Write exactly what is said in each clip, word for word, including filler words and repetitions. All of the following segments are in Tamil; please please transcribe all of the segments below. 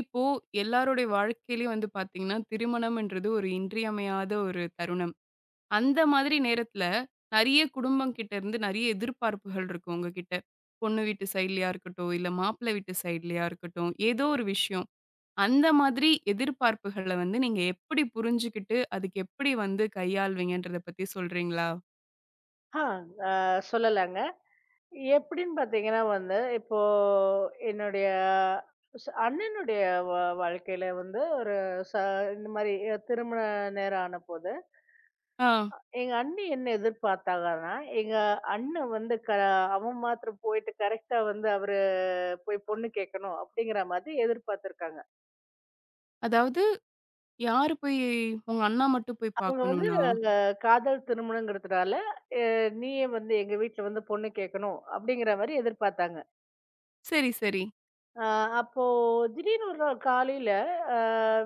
இப்போ எல்லாருடைய வாழ்க்கையிலயும் வந்து பாத்தீங்கன்னா, திருமணம்ன்றது ஒரு இன்றியமையாத ஒரு தருணம். அந்த மாதிரி நேரத்துல நெறைய குடும்பம் கிட்ட இருந்து நெறைய எதிர்பார்ப்புகள் இருக்கும் உங்ககிட்ட. பொண்ணு வீட்டு சைட்லயா இருக்கட்டும், இல்ல மாப்பிள்ளை வீட்டு சைட்லயா இருக்கட்டும், ஏதோ ஒரு விஷயம். அந்த மாதிரி எதிர்பார்ப்புகள வந்து நீங்க எப்படி புரிஞ்சுகிட்டு, அதுக்கு எப்படி வந்து கையாள்வீங்கன்றத பத்தி சொல்றீங்களா? ஆ, அ சொல்லலாங்க. எப்படின்னு பார்த்தீங்கன்னா வந்து, இப்போ என்னுடைய ஸ் அண்ணனுடைய வா வாழ்க்கையில வந்து ஒரு ச இந்த மாரி திருமண நேரம் ஆனபோது, ஆ. எங்க அண்ணி என்ன எதிர்பார்த்தாங்கன்னா, எங்க அண்ணன் வந்து க அவன் மாத்திரம் போயிட்டு கரெக்ட்டா வந்து அவரு போய் பொண்ணு கேட்கணும் அப்படிங்கிற மாதிரி எதிர்பார்த்திருக்காங்க. அதாவது யாரு போய் உங்க அண்ணா மட்டும் போய் அவங்க வந்து பாக்கணும்னா? அந்த காதல் திருமணங்கிறதுனால, "அ நீயே வந்து எங்க வீட்ல வந்து பொண்ணு கேட்கணும்" அப்படிங்கிற மாரி எதிர்பார்த்தாங்க. சரி, சரி. ஆ, அப்போ திடீர்னு ஒரு நாள் காலையில ஆ,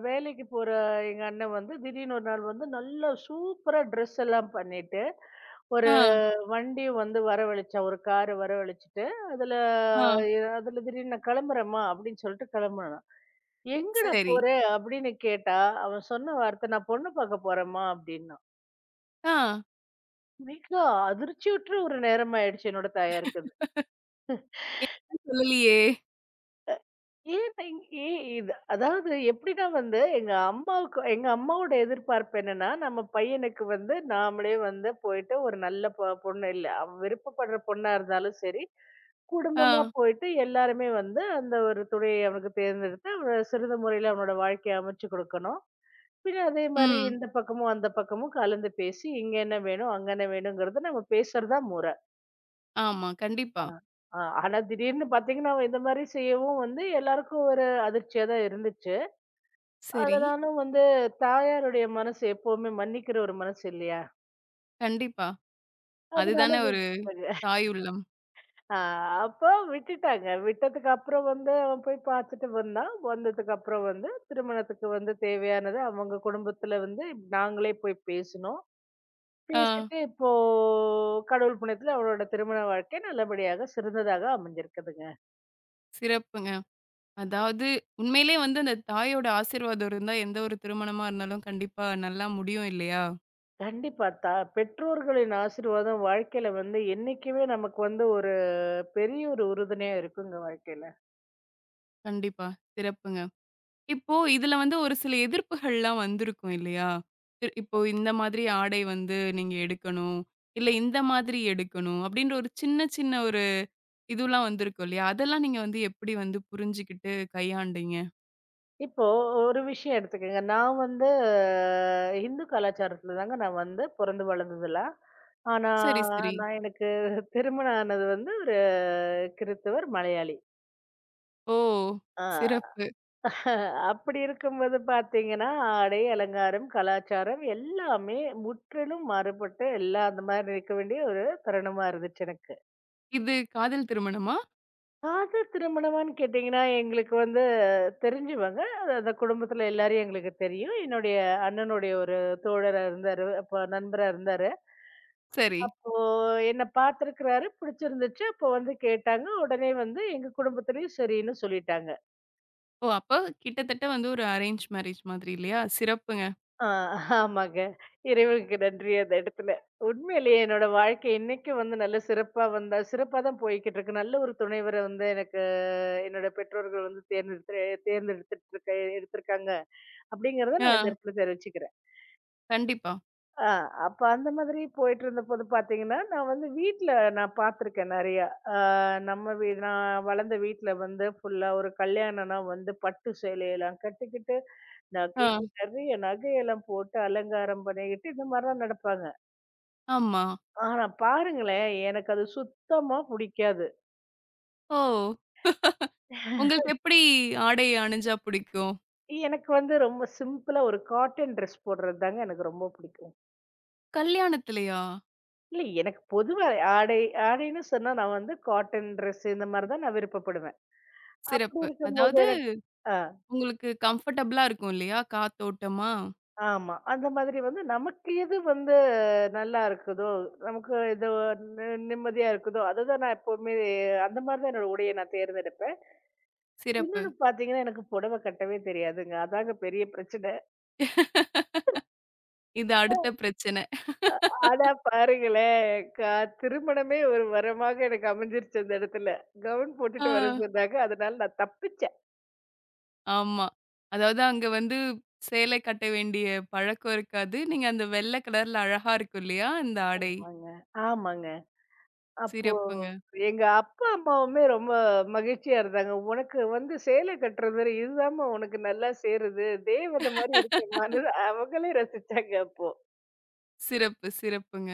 வேலைக்கு போற எங்க அண்ணன் வந்து திடீர்னு ஒரு நாள் வந்து நல்ல சூப்பரா ட்ரெஸ் எல்லாம் பண்ணிட்டு ஒரு ஆ, வண்டி வந்து வரவழைச்சான் ஒரு காரை வரவழைச்சிட்டு அதுல ஆ. அதுல திடீர்னு நான் கிளம்புறேம்மா அப்படின்னு சொல்லிட்டு கிளம்புனான் எங்கடா சரி. போற அப்படின்னு கேட்டா அவன் சொன்ன வார்த்தை நான் பொண்ணு பார்க்க போறேம்மா அப்படின்னா ஆ. மிக அதிர்ச்சி விட்டுற ஒரு நேரம் ஆயிடுச்சு என்னோட தாயாருக்கு. எதுவும் சொல்லலியே! ஏன் இ ஏ இது அதாவது எப்படின்னா வந்து, எங்க அம்மாவுக்கு எங்க அம்மாவோட எதிர்பார்ப்பு என்னன்னா, நம்ம பையனுக்கு வந்து நாமளே வந்து போயிட்டு ஒரு நல்ல பொ பொண்ணு இல்ல, அவன் விருப்பப்படுற பொண்ணா இருந்தாலும் சரி, குடும்பமா ஆ, போயிட்டு எல்லாருமே வந்து அந்த ஒரு துணையை அவனுக்கு தேர்ந்தெடுத்து, அவன சிறந்த முறையில அவனோட வாழ்க்கைய அமைச்சு குடுக்கணும். பின்ன அதே மாரி ம். இந்த பக்கமும், அந்த பக்கமும் கலந்து பேசி, இங்க என்ன வேணும், அங்க என்ன வேணுங்கிறத நம்ம பேசுறது தான் முற. ஆமா, ஆ. கண்டிப்பா. ஆ ஆனா திடீர்னு பாத்தீங்கன்னா, அவன் இந்த மாரி செய்யவும் வந்து எல்லாருக்கும் ஒரு அதிர்ச்சியா தான் இருந்துச்சு. சரி. அதனால வந்து தாயாருடைய மனசு எப்பவுமே மன்னிக்கிற ஒரு மனசு இல்லையா? கண்டிப்பா. அதனால அதுதானே ஒரு விட்டுட்டாங்க. தாய் உள்ளம். ஆ அப்போ விட்டுட்டாங்க. விட்டதுக்கு அப்புறம் வந்து அவன் போய் பார்த்துட்டு வந்தான். வந்ததுக்கு அப்புறம் வந்து திருமணத்துக்கு வந்து தேவையானது அவங்க குடும்பத்துல வந்து நாங்களே போய் பேசினோம். ஆ, பேசிட்டு இப்போ கடவுள் புண்ணியத்துல அவளோட திருமண வாழ்க்கை நல்லபடியாக சிறந்ததாக அமைஞ்சிருக்குதுங்க. சிறப்புங்க. அதாவது உண்மையிலே வந்து அந்த தாயோட ஆசீர்வாதம் இருந்தா, எந்த ஒரு திருமணமா இருந்தாலும் கண்டிப்பா நல்லா முடியும் இல்லையா? கண்டிப்பா. தா பெற்றோர்களின் ஆசீர்வாதம் வாழ்க்கையில வந்து என்னைக்குமே நமக்கு வந்து ஒரு பெரிய ஒரு உறுதுணையா இருக்குங்க வாழ்க்கையில. கண்டிப்பா. சிறப்புங்க. இப்போ இதுல வந்து ஒரு சில எதிர்ப்புகள்லாம் வந்திருக்கும் இல்லையா? இ இப்போ இந்த மாதிரி ஆடை வந்து நீங்க எடுக்கணும். இல்ல இந்த மாதிரி எடுக்கணும். அப்டின்ற ஒரு சின்ன சின்ன ஒரு இதுலாம் வந்திருக்கும் இல்லையா? அதெல்லாம் நீங்க வந்து எப்படி வந்து புரிஞ்சுகிட்டு கையாண்டீங்க? இப்போ ஒரு விஷயம் எடுத்துக்கங்க. நான் வந்து அஹ், இந்து கலாச்சாரத்துல தாங்க நான் வந்து பொறந்து வளர்ந்ததுலாம். ஆனா, சரி, சரி. நான் எனக்கு திருமணம் ஆனது வந்து ஒரு கிறித்தவர் மலையாளி. ஓ! ஆ சிறப்பு. அப்படி இருக்கும்போது பார்த்தீங்கன்னா, ஆடை, அலங்காரம், கலாச்சாரம் எல்லாமே முற்றிலும் மாறுபட்டு எல்லாம் அந்த மாரி இருக்க வேண்டிய ஒரு தருணமா இருந்துச்சு எனக்கு. இது காதல் திருமணமா? காதல் திருமணமான்னு கேட்டீங்கன்னா, எங்களுக்கு வந்து தெரிஞ்சவங்க. அது அந்த குடும்பத்துல எல்லாரையும் எங்களுக்கு தெரியும். என்னுடைய அண்ணனுடைய ஒரு தோழரா இருந்தாரு. அப்ப நண்பரா இருந்தாரு. சரி. அப்போ என்ன பார்த்திருக்கிறாரு. பிடிச்சிருந்துச்சு. அப்போ வந்து கேட்டாங்க. உடனே வந்து எங்க குடும்பத்திலயும் சரின்னு சொல்லிட்டாங்க. ஓ! அப்ப கிட்டத்தட்ட வந்து ஒரு அரேஞ்ச் மேரேஜ் மாதிரி இல்லையா? சிறப்புங்க. ஆ ஆமாங்க. இறைவனுக்கு நன்றி அந்த இடத்துல. உண்மையிலேயே என்னோட வாழ்க்கை இன்னைக்கும் வந்து நல்ல சிறப்பா வந்தா சிறப்பா தான் போய்க்கிட்டு இருக்கு. நல்ல ஒரு துணைவர வந்து எனக்கு என்னோட பெற்றோர்கள் வந்து தேர்ந்தெடுத்து தேர்ந்தெடுத்துட்டுருக்க எடுத்திருக்காங்க. அப்படிங்கிறத நான் இந்த ஆ, இடத்துல தெரிவிச்சுக்கிறேன். கண்டிப்பா. ஆ அப்ப அந்த மாதிரி போயிட்டுருந்தபோது பார்த்தீங்கன்னா, நான் வந்து வீட்ல நான் பார்த்துருக்கேன் நெறையா. ஆ நம்ம வீ நான் வளர்ந்த வீட்ல வந்து ஃபுல்லா ஒரு கல்யாணம்னா வந்து பட்டு சேலையெல்லாம் கட்டிக்கிட்டு, ஆ, நகையில நெறைய நகையெல்லாம் போட்டு அலங்காரம் பண்ணிக்கிட்டு இந்த மாரிலாம் நடப்பாங்க. ஆமா. ஆனா பாருங்களேன், எனக்கு அது சுத்தமா புடிக்காது. ஓ! உங்களுக்கு எப்படி ஆடை அணிஞ்சா பிடிக்கும்? எனக்கு வந்து ரொம்ப சிம்பிளா ஒரு காட்டன் ட்ரெஸ் போடுறது தாங்க எனக்கு ரொம்ப பிடிக்கும். கல்யாணத்திலயா? இல்ல எனக்கு பொதுவா ஆடை ஆடைன்னு சொன்னா நான் வந்து காட்டன் ட்ரெஸ் இந்த மாதிரி தான் நான் விருப்பப்படுவேன். அப்படி சிறப்பு. இருக்கும்போது அதாவது எனக்கு ஆ உங்களுக்கு கம்ஃபர்டபுளா இருக்கும் இல்லையா? காத்தோட்டமா? ஆமா. அந்த மாதிரி வந்து நமக்கு எது வந்து நல்லா இருக்குதோ, நமக்கு எது நி நிம்மதியா இருக்குதோ, அதுதான் நான் எப்பவுமே அந்த மாதிரி தான் என்னோட உடைய நான் தேர்ந்தெடுப்பேன். சிறப்பு. இன்னொன்னு பார்த்தீங்கன்னா, எனக்கு புடவை கட்டவே தெரியாதுங்க. அதாங்க பெரிய பிரச்சனை. இது அடுத்த பிரச்சனை. ஆனா பாருங்களேன், க திருமணமே ஒரு வரமாக எனக்கு அமைஞ்சிருச்சு அந்த இடத்துல. கவுன் ஆ. போட்டுட்டு வர சொன்னாங்க. அதனால நான் தப்பிச்சேன். ஆமா. அதாவது அங்க வந்து சேலை கட்ட வேண்டிய பழக்கம் இருக்காது. நீங்க அந்த வெள்ள கலர்ல அழகா இருக்கும் இல்லையா? இந்த ஆடை. ஆமாங்க, ஆமாங்க. அப்போ சிறப்புங்க. எங்க அப்பா, அம்மாவுமே ரொம்ப மகிழ்ச்சியா இருந்தாங்க. "உனக்கு வந்து சேலை கட்டுறது இதுதாம்மா உனக்கு நல்லா சேருது. தேவத மாரி இருக்கேம்மான்னு" அவங்களே ரசிச்சாங்க அப்போ. சிறப்பு, சிறப்புங்க.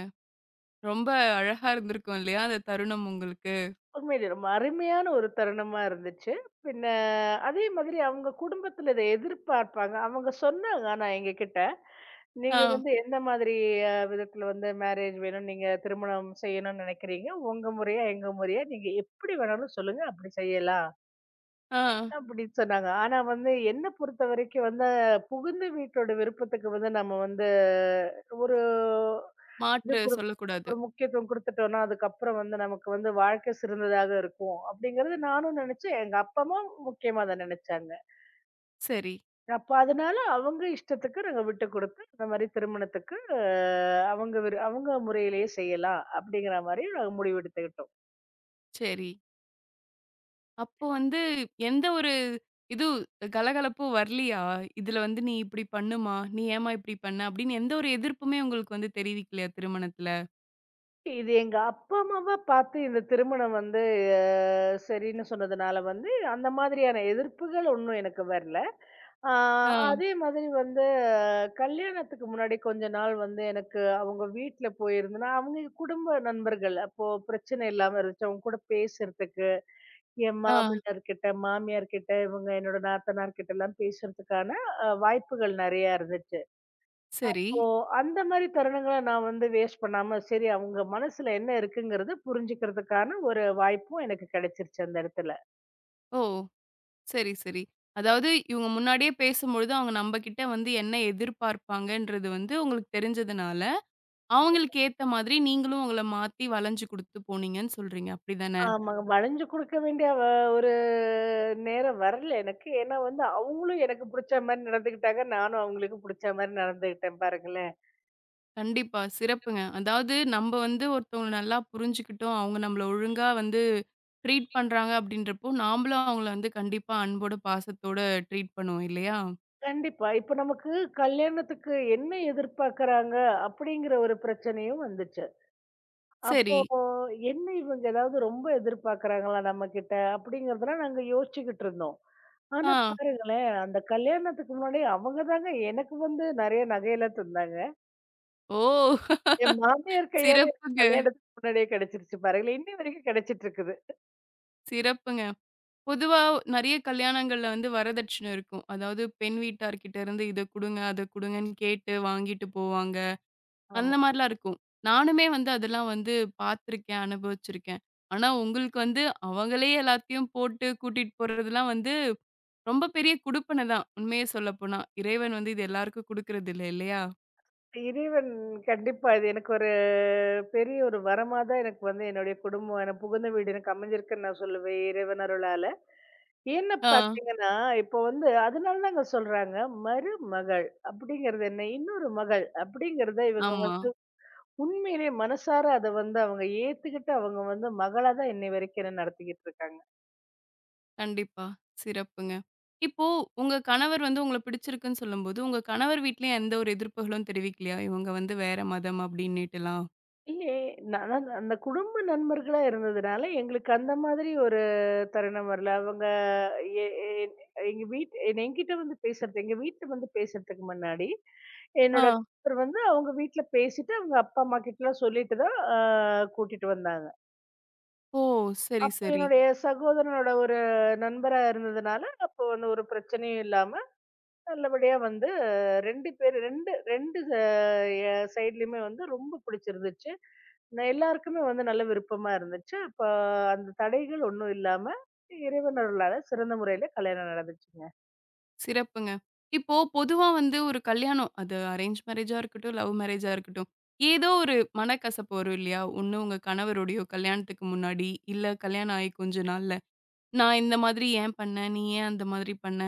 ரொம்ப அழகா இருந்திருக்கும் இல்லையா? அந்த தருணம் உங்களுக்கு. உண்மையிலே ரொம்ப அருமையான ஒரு தருணமா இருந்துச்சு. பின்ன அதே மாதிரி அவங்க குடும்பத்துல இத எதிர்பார்ப்பாங்க. அவங்க சொன்னாங்க ஆனா எங்ககிட்ட, "நீங்க ஆ, வந்து எந்த மாதிரி அ விதத்துல வந்து மேரேஜ் வேணும், நீங்க திருமணம் செய்யணும்னு நெனைக்கிறீங்க? உங்க முறையா, எங்க முறையா, நீங்க எப்படி வேணாலும் சொல்லுங்க, அப்படி செய்யலாம்." ஆ. அப்படின்னு சொன்னாங்க. ஆனா வந்து என்ன பொறுத்தவரைக்கும் வந்து புகுந்த வீட்டோட விருப்பத்துக்கு வந்து நம்ம வந்து ஒரு இது மாற்று குடுக் சொல்லக்கூடாது. ஒரு முக்கியத்துவம் குடுத்துட்டோம்னா, அதுக்கப்புறம் வந்து நமக்கு வந்து வாழ்க்கை சிறந்ததாக இருக்கும். அப்படிங்கிறது நானும் நினைச்சேன். எங்க அப்பா, அம்மாவும் முக்கியமா அத நினைச்சாங்க. சரி, அப்ப அதனால அவங்க இஷ்டத்துக்கு நாங்க விட்டு குடுத்து, இந்த மாரி திருமணத்துக்கு அ அவங்க விரு அவங்க முறையிலேயே செய்யலாம் அப்படிங்கிற மாரி நாங்க முடிவெடுத்துக்கிட்டோம். சரி. அப்போ வந்து எந்த ஒரு இது கலகலப்பும் வரலையா? "இதுல வந்து நீ இப்படி பண்ணுமா? நீ ஏம்மா இப்படி பண்ண?" அப்படின்னு எந்த ஒரு எதிர்ப்புமே உங்களுக்கு வந்து தெரிவிக்கலையா திருமணத்துல? இது எங்க அப்பா அம்மாவா பார்த்து இந்த திருமணம் வந்து அ சரின்னு சொன்னதுனால வந்து, அந்த மாதிரியான எதிர்ப்புகள் ஒண்ணும் எனக்கு வரல. ஆ ஆ, அதே மாதிரி வந்து அஹ், கல்யாணத்துக்கு முன்னாடி கொஞ்ச நாள் வந்து எனக்கு அவங்க வீட்ல போயிருந்தேன்னா, அவங்க குடும்ப நண்பர்கள் அப்போ பிரச்சனை இல்லாம இருந்துச்சு. அவங்க கூட பேசுறதுக்கு, என் ஆ. மாமனார் கிட்ட, மாமியார் கிட்ட, இவங்க என்னோட நாத்தனார் கிட்டலாம் பேசுறதுக்கான அ வாய்ப்புகள் நெறையா இருந்துச்சு. சரி. ஓ! அந்த மாரி தருணங்கள நான் வந்து வேஸ்ட் பண்ணாம, சரி அவங்க மனசுல என்ன இருக்குங்கிறத புரிஞ்சுக்கிறதுக்கான ஒரு வாய்ப்பும் எனக்கு கிடைச்சிருச்சு அந்த இடத்துல. ஓ! சரி, சரி. அதாவது இவங்க முன்னாடியே பேசும்பொழுது, அவங்க நம்மகிட்ட வந்து என்ன எதிர்பார்ப்பாங்கன்றது வந்து உங்களுக்கு தெரிஞ்சதுனால, அவங்களுக்கு ஏத்த மாதிரி நீங்களும் உங்கள மாத்தி வளஞ்சு குடுத்து போனீங்கன்னு சொல்றீங்க. அப்படிதானே? ஆமாங்க. வளைஞ்சு கொடுக்க வேண்டிய வ ஒரு நேரம் வரல எனக்கு. ஏன்னா வந்து அவங்களும் எனக்கு புடிச்ச மாரி நடந்துக்கிட்டாங்க. நானும் அவங்களுக்கு புடிச்ச மாரி நடந்துக்கிட்டேன் பாருங்களேன். கண்டிப்பா, சிறப்புங்க. அதாவது நம்ம வந்து ஒருத்தவங்கள நல்லா புரிஞ்சுக்கிட்டோம், அவங்க நம்மள ஒழுங்கா வந்து ட்ரீட் பண்றாங்க அப்படின்றப்போ, நாமளும் அவங்கள வந்து கண்டிப்பா அன்போட, பாசத்தோட ட்ரீட் பண்ணுவோம் இல்லையா? கண்டிப்பா. இப்ப நமக்கு கல்யாணத்துக்கு என்ன எதிர்பார்க்கறாங்க? அப்படிங்கிற ஒரு பிரச்சனையும் வந்துச்சு. அப்போ சரி. என்ன இவங்க ஏதாவது ரொம்ப எதிர்பார்க்குறாங்களா நம்மகிட்ட? அப்படிங்கிறதெல்லாம் நாங்க யோசிச்சுக்கிட்டு இருந்தோம். ஆனா ஆ. பாருங்களேன், அந்த கல்யாணத்துக்கு முன்னாடி அவங்க தாங்க எனக்கு வந்து நெறைய நகையெல்லாம் தந்தாங்க. ஓ! என் மாமியார் கையால எனக்கு சிறப்புங்க, கல்யாணத்துக்கு முன்னாடியே கிடைச்சிருச்சு பாருங்களேன். இன்னி வரைக்கும் கிடைச்சிட்டு இருக்குது. சிறப்புங்க. பொதுவா நெறைய கல்யாணங்கள்ல வந்து வரதட்சணை இருக்கும். அதாவது பெண் வீட்டார்கிட்ட இருந்து இத குடுங்க, அத குடுங்கன்னு கேட்டு வாங்கிட்டு போவாங்க. ஆமா. அந்த மாரிலாம் இருக்கும். நானுமே வந்து அதெல்லாம் வந்து பார்த்துருக்கேன், அனுபவிச்சிருக்கேன். ஆனா உங்களுக்கு வந்து அவங்களே எல்லாத்தையும் போட்டு கூட்டிட்டு போறதெல்லாம் வந்து ரொம்ப பெரிய குடுப்பன தான். உண்மைய சொல்லப்போனா. இறைவன் வந்து இது எல்லாருக்கும் குடுக்குறதில்ல இல்லையா? இறைவன் கண்டிப்பா இது எனக்கு ஒரு பெரிய ஒரு வரமா தான் எனக்கு வந்து என்னுடைய குடும்பம் எனக்கு புகுந்த வீடு எனக்கு அமைஞ்சிருக்குன்னு நான் சொல்லுவேன் இறைவன் அருளால. ஏன்னு ஆ. பார்த்தீங்கன்னா, இப்போ வந்து அதனால தாங்க சொல்றாங்க, மருமகள் அப்படிங்கிறது என்ன? இன்னொரு மகள் அப்படிங்கிறத இவங்க ஆமா. வந்து உண்மையிலேயே மனசார அத வந்து அவங்க ஏத்துக்கிட்டு அவங்க வந்து மகளா தான் இன்னை வரைக்கும் என்ன நடத்திக்கிட்டு இருக்காங்க. கண்டிப்பா. சிறப்புங்க. இப்போ உங்க கணவர் வந்து உங்கள பிடிச்சிருக்குன்னு சொல்லும்போது, உங்க கணவர் வீட்லயும் எந்த ஒரு எதிர்ப்புகளும் தெரிவிக்கலையா? இவங்க வந்து வேற மதம் அப்டின்னுட்டுலாம். இல்ல. நான் அந்த அந்த குடும்ப நண்பர்களா இருந்ததுனால, எங்களுக்கு அந்த மாதிரி ஒரு தருணம் வரல. அவங்க எ எ எங்க வீட் என்கிட்ட வந்து பேசுறது எங்க வீட்ல வந்து பேசுறதுக்கு முன்னாடி, என்னோட ஆ. கணவர் வந்து அவங்க வீட்ல பேசிட்டு, அவங்க அப்பா, அம்மா கிட்டலாம் சொல்லிட்டு தான் அ கூட்டிட்டு வந்தாங்க. ஓ! சரி, அப்ப சரி. என்னுடைய சகோதரனோட ஒரு நண்பரா இருந்ததுனால, அப்போ வந்து ஒரு பிரச்சனையும் இல்லாம நல்லபடியா வந்து ரெண்டு பேர் ரெண்டு ரெண்டு அ சைட்லயுமே வந்து ரொம்ப பிடிச்சிருந்துச்சு. நான் எல்லாருக்குமே வந்து நல்ல விருப்பமா இருந்துச்சு. அப்ப அந்த தடைகள் ஒண்ணும் இல்லாம இறைவன் அருளால சிறந்த முறையில கல்யாணம் நடந்துச்சுங்க. சிறப்புங்க. இப்போ பொதுவா வந்து ஒரு கல்யாணம், அது அரேஞ்ச் மேரேஜா இருக்கட்டும், லவ் மேரேஜா இருக்கட்டும், ஏதோ ஒரு மனக்கசப்பு வரும் இல்லையா? ஒண்ணு உங்க கணவருடைய கல்யாணத்துக்கு முன்னாடி, இல்ல கல்யாணம் ஆயி கொஞ்ச நாள்ல. நான் இந்த மாதிரி ஏன் பண்ணேன்? நீ ஏன் அந்த மாதிரி பண்ண?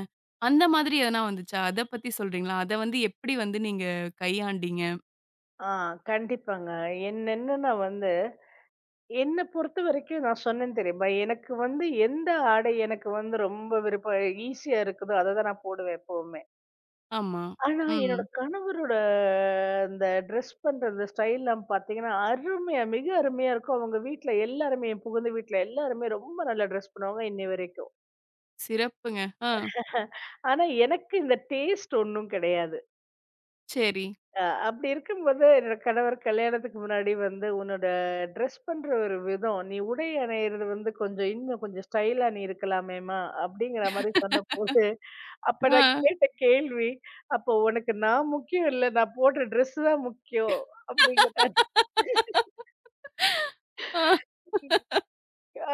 அந்த மாதிரி எதனா வந்துச்சா? அத பத்தி சொல்றீங்களா? அத வந்து எப்படி வந்து நீங்க கையாண்டீங்க? ஆ கண்டிப்பாங்க. என்ன என்னன்னா வந்து என்ன பொறுத்தவரைக்கும் நான் சொன்னேன் தெரியுமா? எனக்கு வந்து எந்த ஆடை எனக்கு வந்து ரொம்ப விருப்பம் ஈஸியா இருக்குதோ அத தான் நான் போடுவேன் எப்பவுமே. ஆமா. ஆனா, ம். என்னோட கணவரோட அந்த ட்ரெஸ் பண்றது ஸ்டைல்லாம் பார்த்தீங்கன்னா, அருமையா மிக அருமையா இருக்கும். அவங்க வீட்ல எல்லாருமே என் புகுந்த வீட்ல எல்லாருமே ரொம்ப நல்லா ட்ரெஸ் பண்ணுவாங்க இன்னை வரைக்கும். சிறப்புங்க. ஆ. ஆனா, எனக்கு இந்த டேஸ்ட் ஒண்ணும் கிடையாது. சரி. அ அப்படி இருக்கும்போது என்னோட கணவர் கல்யாணத்துக்கு முன்னாடி வந்து, "உன்னோட ட்ரெஸ் பண்ற ஒரு விதம், நீ உடை அணியிறது வந்து கொஞ்சம் இன்னும் கொஞ்சம் ஸ்டைலா நீ இருக்கலாமேம்மா" அப்படிங்கிற மாரி சொன்னபோது அப்ப ஆ. நான் கேட்ட கேள்வி, "அப்போ உனக்கு நான் முக்கியம் இல்ல. நான் போடுற ட்ரெஸ் தான் முக்கியம்." அப்படிங்கிற ஆ.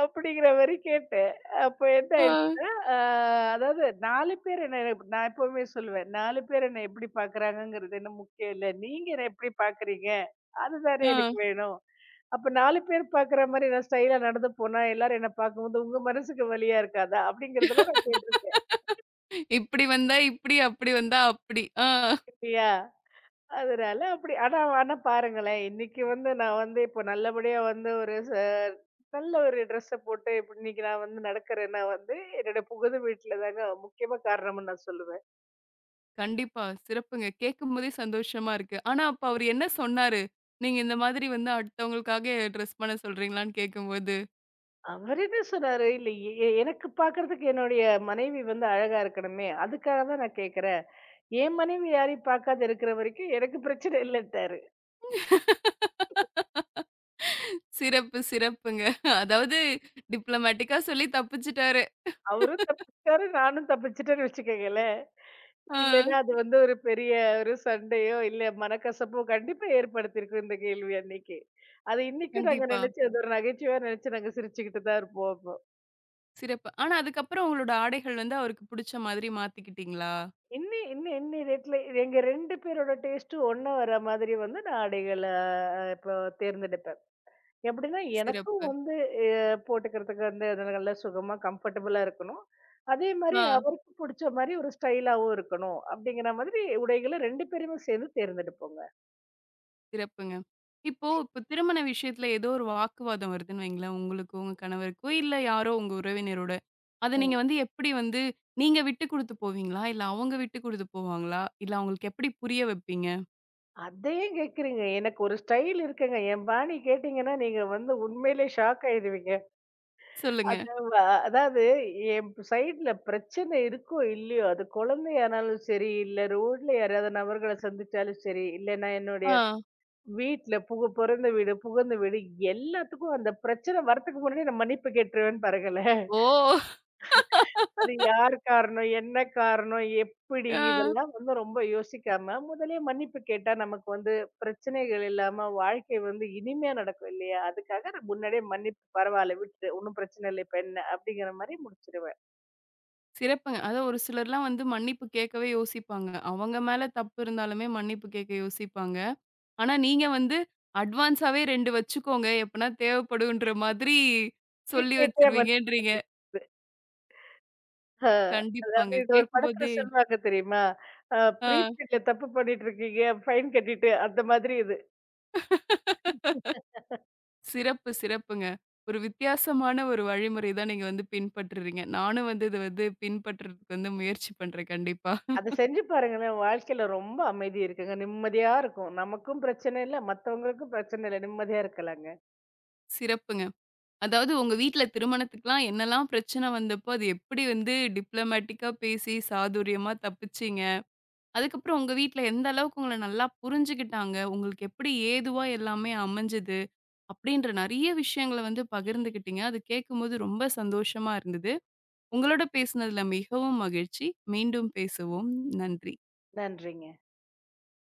அப்படிங்கிற மாரி கேட்டேன். அப்ப என்ன ஆ. ஆயிடுச்சுன்னா, அ அதாவது நாலு பேர் என்ன நான் எப்பவுமே சொல்லுவேன். நாலு பேர் என்ன எப்படி பார்க்குறாங்கங்கிறது என்ன முக்கியம் இல்ல. நீங்க என்ன எப்படி பார்க்குறீங்க? அதுதானே ஆ. எனக்கு வேணும். அப்ப நாலு பேர் பார்க்குற மாரி நான் ஸ்டைலா நடந்து போனா, எல்லாரும் என்ன பார்க்கும்போது, உங்க மனசுக்கு வலியா இருக்காதா? அப்படிங்கிறதெல்லாம் நான் கேட்டுருக்கேன். இப்படி வந்தா இப்படி, அப்படி வந்தா அப்படி. ஆ. இல்லையா? அதனால அப்படி ஆனா ஆனா பாருங்களேன், இன்னைக்கு வந்து நான் வந்து இப்போ நல்லபடியா வந்து ஒரு ச நல்ல ஒரு ட்ரெஸ்ஸ போட்டு இப்ப இன்னைக்கு நான் வந்து நடக்கிறேன்னா வந்து, என்னோட புகுந்த வீட்ல தாங்க முக்கியமா காரணம்னு நான் சொல்லுவேன். கண்டிப்பா. சிறப்புங்க. கேட்கும்போதே சந்தோஷமா இருக்கு. ஆனா அப்ப அவரு என்ன சொன்னாரு? நீங்க இந்த மாதிரி வந்து அடுத்தவங்களுக்காக ட்ரெஸ் பண்ண சொல்றீங்களான்னு கேட்கும்போது? அவரு என்ன சொன்னாரு, "இல்ல எ எ எனக்கு பார்க்கறதுக்கு என்னுடைய மனைவி வந்து அழகா இருக்கணுமே, அதுக்காக தான் நான் கேட்கிறேன். என் மனைவி யாரையும் பார்க்காத இருக்கிற வரைக்கும் எனக்கு பிரச்சனை இல்லன்ட்டாரு." சிறப்பு, சிறப்புங்க. அதாவது டிப்ளமேட்டிக்கா சொல்லி தப்பிச்சுட்டாரு. அவரும் தப்பிச்சிட்டாரு, நானும் தப்பிச்சிட்டேன்னு வச்சுக்கங்களேன். ஆ. இல்லன்னா அது வந்து ஒரு பெரிய ஒரு சண்டையோ, இல்ல மனக்கசப்போ கண்டிப்பா ஏற்படுத்தியிருக்கும் இந்த கேள்வி அன்னைக்கு. அது இன்னைக்கு நாங்க கண்டிப்பா. நினைச்சு அது ஒரு நகைச்சுவையா நினைச்சு நாங்க சிரிச்சுக்கிட்டு தான் இருப்போம் அப்போ. சிறப்பு. ஆனா அதுக்கப்புறம் உங்களோட ஆடைகள் வந்து அவருக்கு புடிச்ச மாதிரி மாத்திக்கிட்டீங்களா? இன்னி இன்னி இன்னி ரேட்ல எங்க ரெண்டு பேரோட டேஸ்ட்டும் ஒண்ணா வர மாதிரி வந்து நான் ஆடைகள அ இப்போ தேர்ந்தெடுப்பேன். எப்படின்னா, எனக்கும் சிறப்பு. வந்து எ போட்டுக்கிறதுக்கு வந்து அது நல்லா சுகமா, கம்ஃபர்டபுளா இருக்கணும். அதே மாரி ஆ அவருக்கு புடிச்ச மாரி ஒரு ஸ்டைலாவும் இருக்கணும். அப்படிங்கிற மாதிரி உடைகள ரெண்டு பேருமே சேர்ந்து தேர்ந்தெடுப்போங்க. சிறப்புங்க. இப்போ இப்போ திருமண விஷயத்துல ஏதோ ஒரு வாக்குவாதம் வருதுன்னு வைங்களேன், உங்களுக்கும் உங்க கணவருக்கும், இல்ல யாரோ உங்க உறவினரோட. அத ம். நீங்க வந்து எப்படி வந்து நீங்க விட்டு குடுத்து போவீங்களா? இல்ல அவங்க விட்டு குடுத்து போவாங்களா? இல்ல அவங்களுக்கு எப்படி புரிய வைப்பீங்க? அதையும் கேட்கிறீங்க. எனக்கு ஒரு ஸ்டைல் இருக்குங்க. என் பாணி கேட்டீங்கன்னா, நீங்க வந்து உண்மையிலே ஷாக் ஆயிடுவீங்க. சொல்லுங்க. அது வ அதாவது என் சைட்ல பிரச்சனை இருக்கோ இல்லையோ, அது குழந்தையானாலும் சரி, இல்ல ரோட்ல யாராவது நபர்கள சந்திச்சாலும் சரி, இல்லன்னா என்னுடைய ஆ. வீட்ல புகு பொறந்த வீடு, புகுந்த வீடு எல்லாத்துக்கும் அந்த பிரச்சனை வர்றதுக்கு முன்னாடியே நான் மன்னிப்பு கேட்டுருவேன்னு பாருங்களேன். ஓ! அது யார் காரணம்? என்ன காரணம்? எப்படி? ஆ இதெல்லாம் வந்து ரொம்ப யோசிக்காம, முதல்லயே மன்னிப்பு கேட்டா நமக்கு வந்து பிரச்சனைகள் இல்லாம வாழ்க்கை வந்து இனிமையா நடக்கும் இல்லையா? அதுக்காக நான் முன்னாடியே மன்னிப்பு பரவால்ல விட்டுடு. ஒண்ணும் பிரச்சனை இல்ல இப்ப என்ன? அப்படிங்கிற மாரி முடிச்சுருவேன். சிறப்புங்க. அதான் ஒரு சிலர்லாம் வந்து மன்னிப்பு கேட்கவே யோசிப்பாங்க. அவங்க மேல தப்பு இருந்தாலுமே மன்னிப்பு கேட்க யோசிப்பாங்க. ஆனா, நீங்க வந்து அட்வான்ஸாவே ரெண்டு வச்சுக்கோங்க. எப்பனா தேவைப்படுன்ற மாதிரி ப்ரீ சொல்லி பெய்ட்லயே வச்சுருவீங்கன்றீங்க. மன்னிப்பு. ஆ அதாவது கண்டிப்பாங்க. இது ஒரு படத்துல கேட்கும்போதே சொல்லுவாங்க தெரியுமா? அ ஆ ப்ரீ பெய்ட்ல தப்பு பண்ணிட்டு இருக்கீங்க, ஃபைன் கட்டிட்டு அந்த மாதிரி இது. சிறப்பு, சிறப்புங்க. ஒரு வித்தியாசமான ஒரு வழிமுறை தான் நீங்க வந்து பின்பற்றுறீங்க. நானும் வந்து இத வந்து பின்பற்றதுக்கு வந்து முயற்சி பண்றேன் கண்டிப்பா. அத செஞ்சு பாருங்களேன். வாழ்க்கையில ரொம்ப அமைதி இருக்குங்க. நிம்மதியா இருக்கும். நமக்கும் பிரச்சனை இல்ல, மத்தவங்களுக்கும் பிரச்சனை இல்ல. நிம்மதியா இருக்கலாங்க. சிறப்புங்க. அதாவது உங்க வீட்ல திருமணத்துக்குலாம் என்னலாம் பிரச்சனை வந்தப்போ, அது எப்படி வந்து டிப்ளமேட்டிக்கா பேசி சாதுரியமா தப்பிச்சீங்க? அதுக்கப்புறம் உங்க வீட்ல எந்த அளவுக்கு உங்கள நல்லா புரிஞ்சுக்கிட்டாங்க? உங்களுக்கு எப்படி ஏதுவா எல்லாமே அமைஞ்சது? அப்படின்ற நெறைய விஷயங்கள வந்து பகிர்ந்துக்கிட்டீங்க. அது கேட்கும்போது ரொம்ப சந்தோஷமா இருந்தது. உங்களோட பேசினதுல மிகவும் மகிழ்ச்சி. மீண்டும் பேசுவோம். நன்றி. நன்றிங்க.